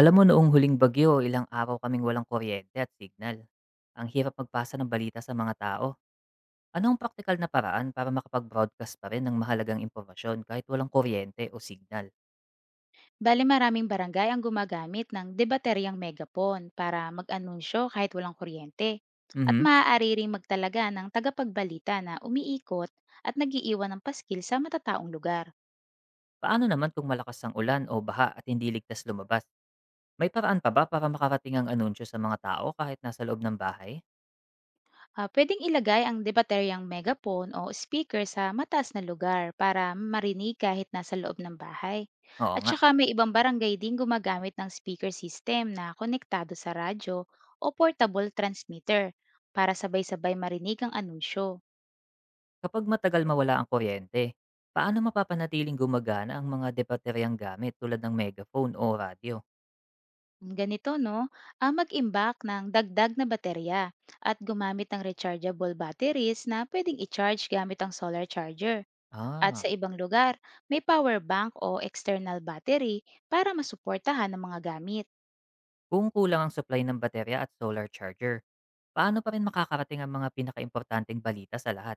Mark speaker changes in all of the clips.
Speaker 1: Alam mo noong huling bagyo, ilang araw kaming walang kuryente at signal. Ang hirap magpasa ng balita sa mga tao. Anong ang praktikal na paraan para makapag-broadcast pa rin ng mahalagang impormasyon kahit walang kuryente o signal?
Speaker 2: Bale maraming barangay ang gumagamit ng debateryang megapon para mag-anunsyo kahit walang kuryente. At
Speaker 1: Mhm.
Speaker 2: maaari ring magtalaga ng tagapagbalita na umiikot at nagiiwan ng paskil sa matataong lugar.
Speaker 1: Paano naman kung malakas ang ulan o baha at hindi ligtas lumabas? May paraan pa ba para makarating ang anunsyo sa mga tao kahit nasa loob ng bahay?
Speaker 2: Pwedeng ilagay ang debateryang megapon o speaker sa mataas na lugar para marinig kahit nasa loob ng bahay.
Speaker 1: Oo
Speaker 2: At
Speaker 1: nga.
Speaker 2: saka may ibang barangay din gumagamit ng speaker system na konektado sa radyo o portable transmitter para sabay-sabay marinig ang anunsyo.
Speaker 1: Kapag matagal mawala ang kuryente, paano mapapanatiling gumagana ang mga debateryang gamit tulad ng megaphone o radyo?
Speaker 2: Ganito no, ang mag-imbak ng dagdag na baterya at gumamit ng rechargeable batteries na pwedeng i-charge gamit ang solar charger. At
Speaker 1: Ah.
Speaker 2: sa ibang lugar, may power bank o external battery para masuportahan ng mga gamit.
Speaker 1: Kung kulang ang supply ng baterya at solar charger, paano pa rin makakarating ang mga pinakaimportanteng balita sa lahat?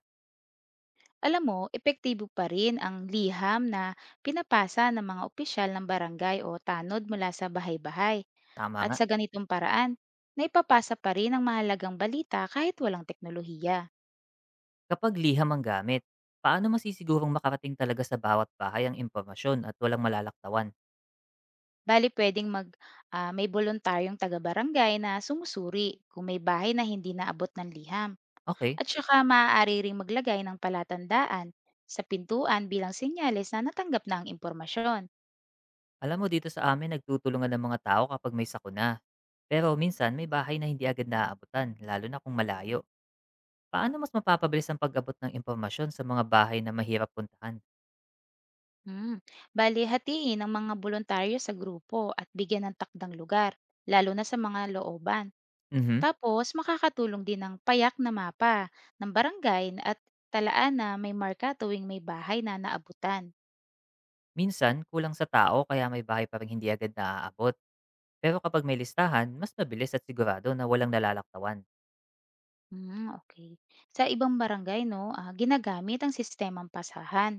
Speaker 2: Alam mo, epektibo pa rin ang liham na pinapasa ng mga opisyal ng barangay o tanod mula sa bahay-bahay.
Speaker 1: Tama
Speaker 2: At
Speaker 1: nga.
Speaker 2: sa ganitong paraan, naipapasa pa rin ang mahalagang balita kahit walang teknolohiya.
Speaker 1: Kapag liham ang gamit, paano masisigurong makarating talaga sa bawat bahay ang impormasyon at walang malalaktawan?
Speaker 2: Bali may boluntaryong taga-barangay na sumusuri kung may bahay na hindi naabot ng liham.
Speaker 1: Okay.
Speaker 2: At saka maaari ring maglagay ng palatandaan sa pintuan bilang senyales na natanggap na ang impormasyon.
Speaker 1: Alam mo, dito sa amin nagtutulungan ng mga tao kapag may sakuna. Pero minsan may bahay na hindi agad naaabutan, lalo na kung malayo. Paano mas mapapabilis ang pag-abot ng impormasyon sa mga bahay na mahirap puntahan?
Speaker 2: Hmm. Bale hatiin ang mga boluntaryo sa grupo at bigyan ng takdang lugar, lalo na sa mga looban.
Speaker 1: Mhm.
Speaker 2: Tapos makakatulong din ang payak na mapa ng barangay at talaan na may marka tuwing may bahay na naabutan.
Speaker 1: Minsan, kulang sa tao kaya may bahay pa rin hindi agad naaabot. Pero kapag may listahan, mas mabilis at sigurado na walang nalalaktawan.
Speaker 2: Hmm, okay. Sa ibang barangay 'no, ginagamit ang sistemang pasahan.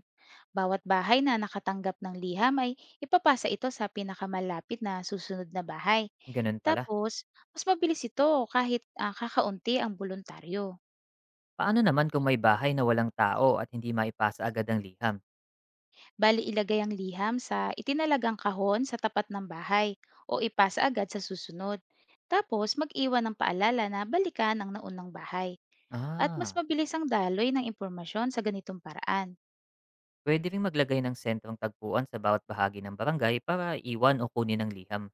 Speaker 2: Bawat bahay na nakatanggap ng liham ay ipapasa ito sa pinakamalapit na susunod na bahay.
Speaker 1: Ganun pala.
Speaker 2: Tapos mas mabilis ito kahit, kakaunti ang boluntaryo.
Speaker 1: Paano naman kung may bahay na walang tao at hindi maipasa agad ang liham?
Speaker 2: Bale ilagay ang liham sa itinalagang kahon sa tapat ng bahay o ipasa agad sa susunod. Tapos mag-iwan ng paalala na balikan ang naunang bahay, at mas
Speaker 1: Ah,
Speaker 2: mabilis ang daloy ng impormasyon sa ganitong paraan.
Speaker 1: pwede rin maglagay ng sentrong tagpuan sa bawat bahagi ng barangay para iwan o kunin ang liham.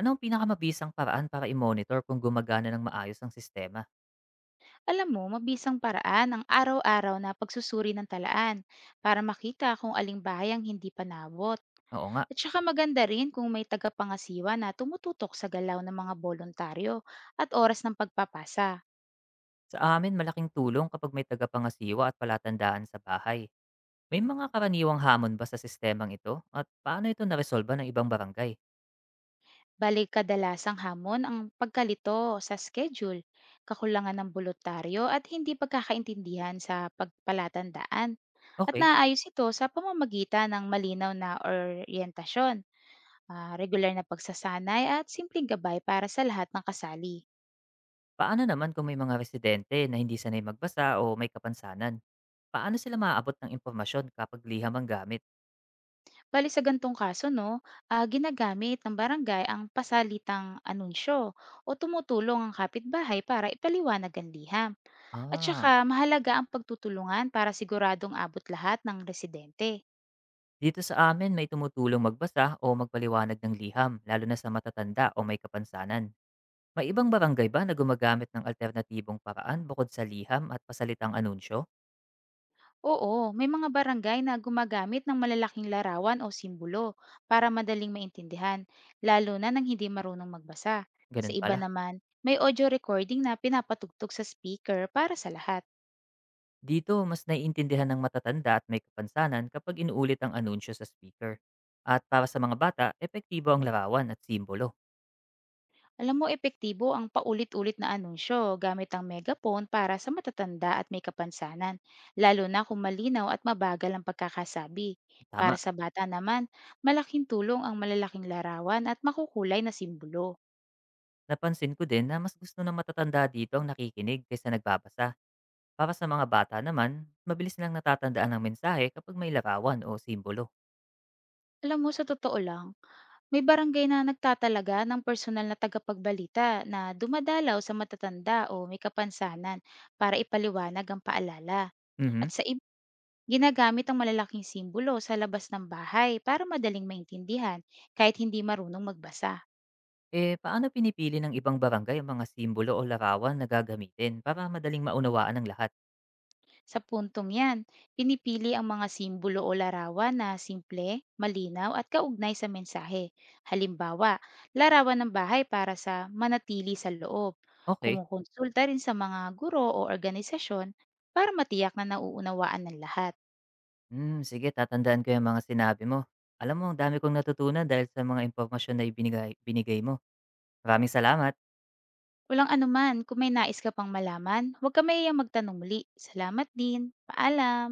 Speaker 1: Ano ang pinakamabisang paraan para i-monitor kung gumagana ng maayos ang sistema?
Speaker 2: Alam mo, mabisang paraan ang araw-araw na pagsusuri ng talaan para makita kung aling bahay ang hindi panabot.
Speaker 1: Oo nga,
Speaker 2: At saka maganda rin kung may tagapangasiwa na tumututok sa galaw ng mga bolontaryo at oras ng pagpapasa.
Speaker 1: sa amin malaking tulong kapag may tagapangasiwa at palatandaan sa bahay. May mga karaniwang hamon ba sa sistemang ito? At paano ito naresolba ng ibang barangay?
Speaker 2: Balik kadalasang hamon ang pagkalito sa schedule, kakulangan ng voluntaryo at hindi pagkakaintindihan sa pagpalatandaan. At
Speaker 1: Okay.
Speaker 2: naayos ito sa pamamagitan ng malinaw na oryentasyon, regular na pagsasanay at simpleng gabay para sa lahat ng kasali.
Speaker 1: Paano naman kung may mga residente na hindi sanay magbasa o may kapansanan? Paano sila maaabot ng impormasyon kapag liham ang gamit?
Speaker 2: Bali sa gantong kaso, no, ginagamit ng barangay ang pasalitang anunsyo o tumutulong ang kapitbahay para ipaliwanag ang liham. At
Speaker 1: Ah,
Speaker 2: saka mahalaga ang pagtutulungan para siguradong abot lahat ng residente.
Speaker 1: dito sa amin may tumutulong magbasa o magpaliwanag ng liham, lalo na sa matatanda o may kapansanan. May ibang barangay ba na gumagamit ng alternatibong paraan bukod sa liham at pasalitang anunsyo?
Speaker 2: Oo, may mga barangay na gumagamit ng malalaking larawan o simbolo para madaling maintindihan, lalo na nang hindi marunong magbasa. Sa
Speaker 1: Ganun
Speaker 2: iba
Speaker 1: pala.
Speaker 2: naman, may audio recording na pinapatugtog sa speaker para sa lahat.
Speaker 1: Dito, mas naiintindihan ng matatanda at may kapansanan kapag inuulit ang anunsyo sa speaker. At para sa mga bata, epektibo ang larawan at simbolo.
Speaker 2: Alam mo, epektibo ang paulit-ulit na anunsyo gamit ang megaphone para sa matatanda at may kapansanan, lalo na kung malinaw at mabagal ang pagkakasabi. Para
Speaker 1: Tama.
Speaker 2: sa bata naman, malaking tulong ang malalaking larawan at makukulay na simbolo.
Speaker 1: Napansin ko din na mas gusto ng matatanda dito ang nakikinig kaysa nagbabasa. Para sa mga bata naman, mabilis nilang natatandaan ang mensahe kapag may larawan o simbolo.
Speaker 2: Alam mo, sa totoo lang, may barangay na nagtatalaga ng personal na tagapagbalita na dumadalaw sa matatanda o may kapansanan para ipaliwanag ang paalala.
Speaker 1: Mhm.
Speaker 2: At sa iba, ginagamit ang malalaking simbolo sa labas ng bahay para madaling maintindihan kahit hindi marunong magbasa.
Speaker 1: Eh, paano pinipili ng ibang barangay ang mga simbolo o larawan na gagamitin para madaling maunawaan ng lahat?
Speaker 2: Sa puntong yan, pinipili ang mga simbolo o larawan na simple, malinaw at kaugnay sa mensahe. Halimbawa, larawan ng bahay para sa manatili sa loob.
Speaker 1: Okay.
Speaker 2: Kumukonsulta rin sa mga guro o organisasyon para matiyak na nauunawaan ng lahat.
Speaker 1: Hmm, sige, tatandaan ko yung mga sinabi mo. Alam mo, ang dami kong natutunan dahil sa mga impormasyon na ibinigay, binigay mo. Maraming salamat.
Speaker 2: Walang anuman, kung may nais ka pang malaman, huwag ka mahihiyang magtanong muli. Salamat din. Paalam!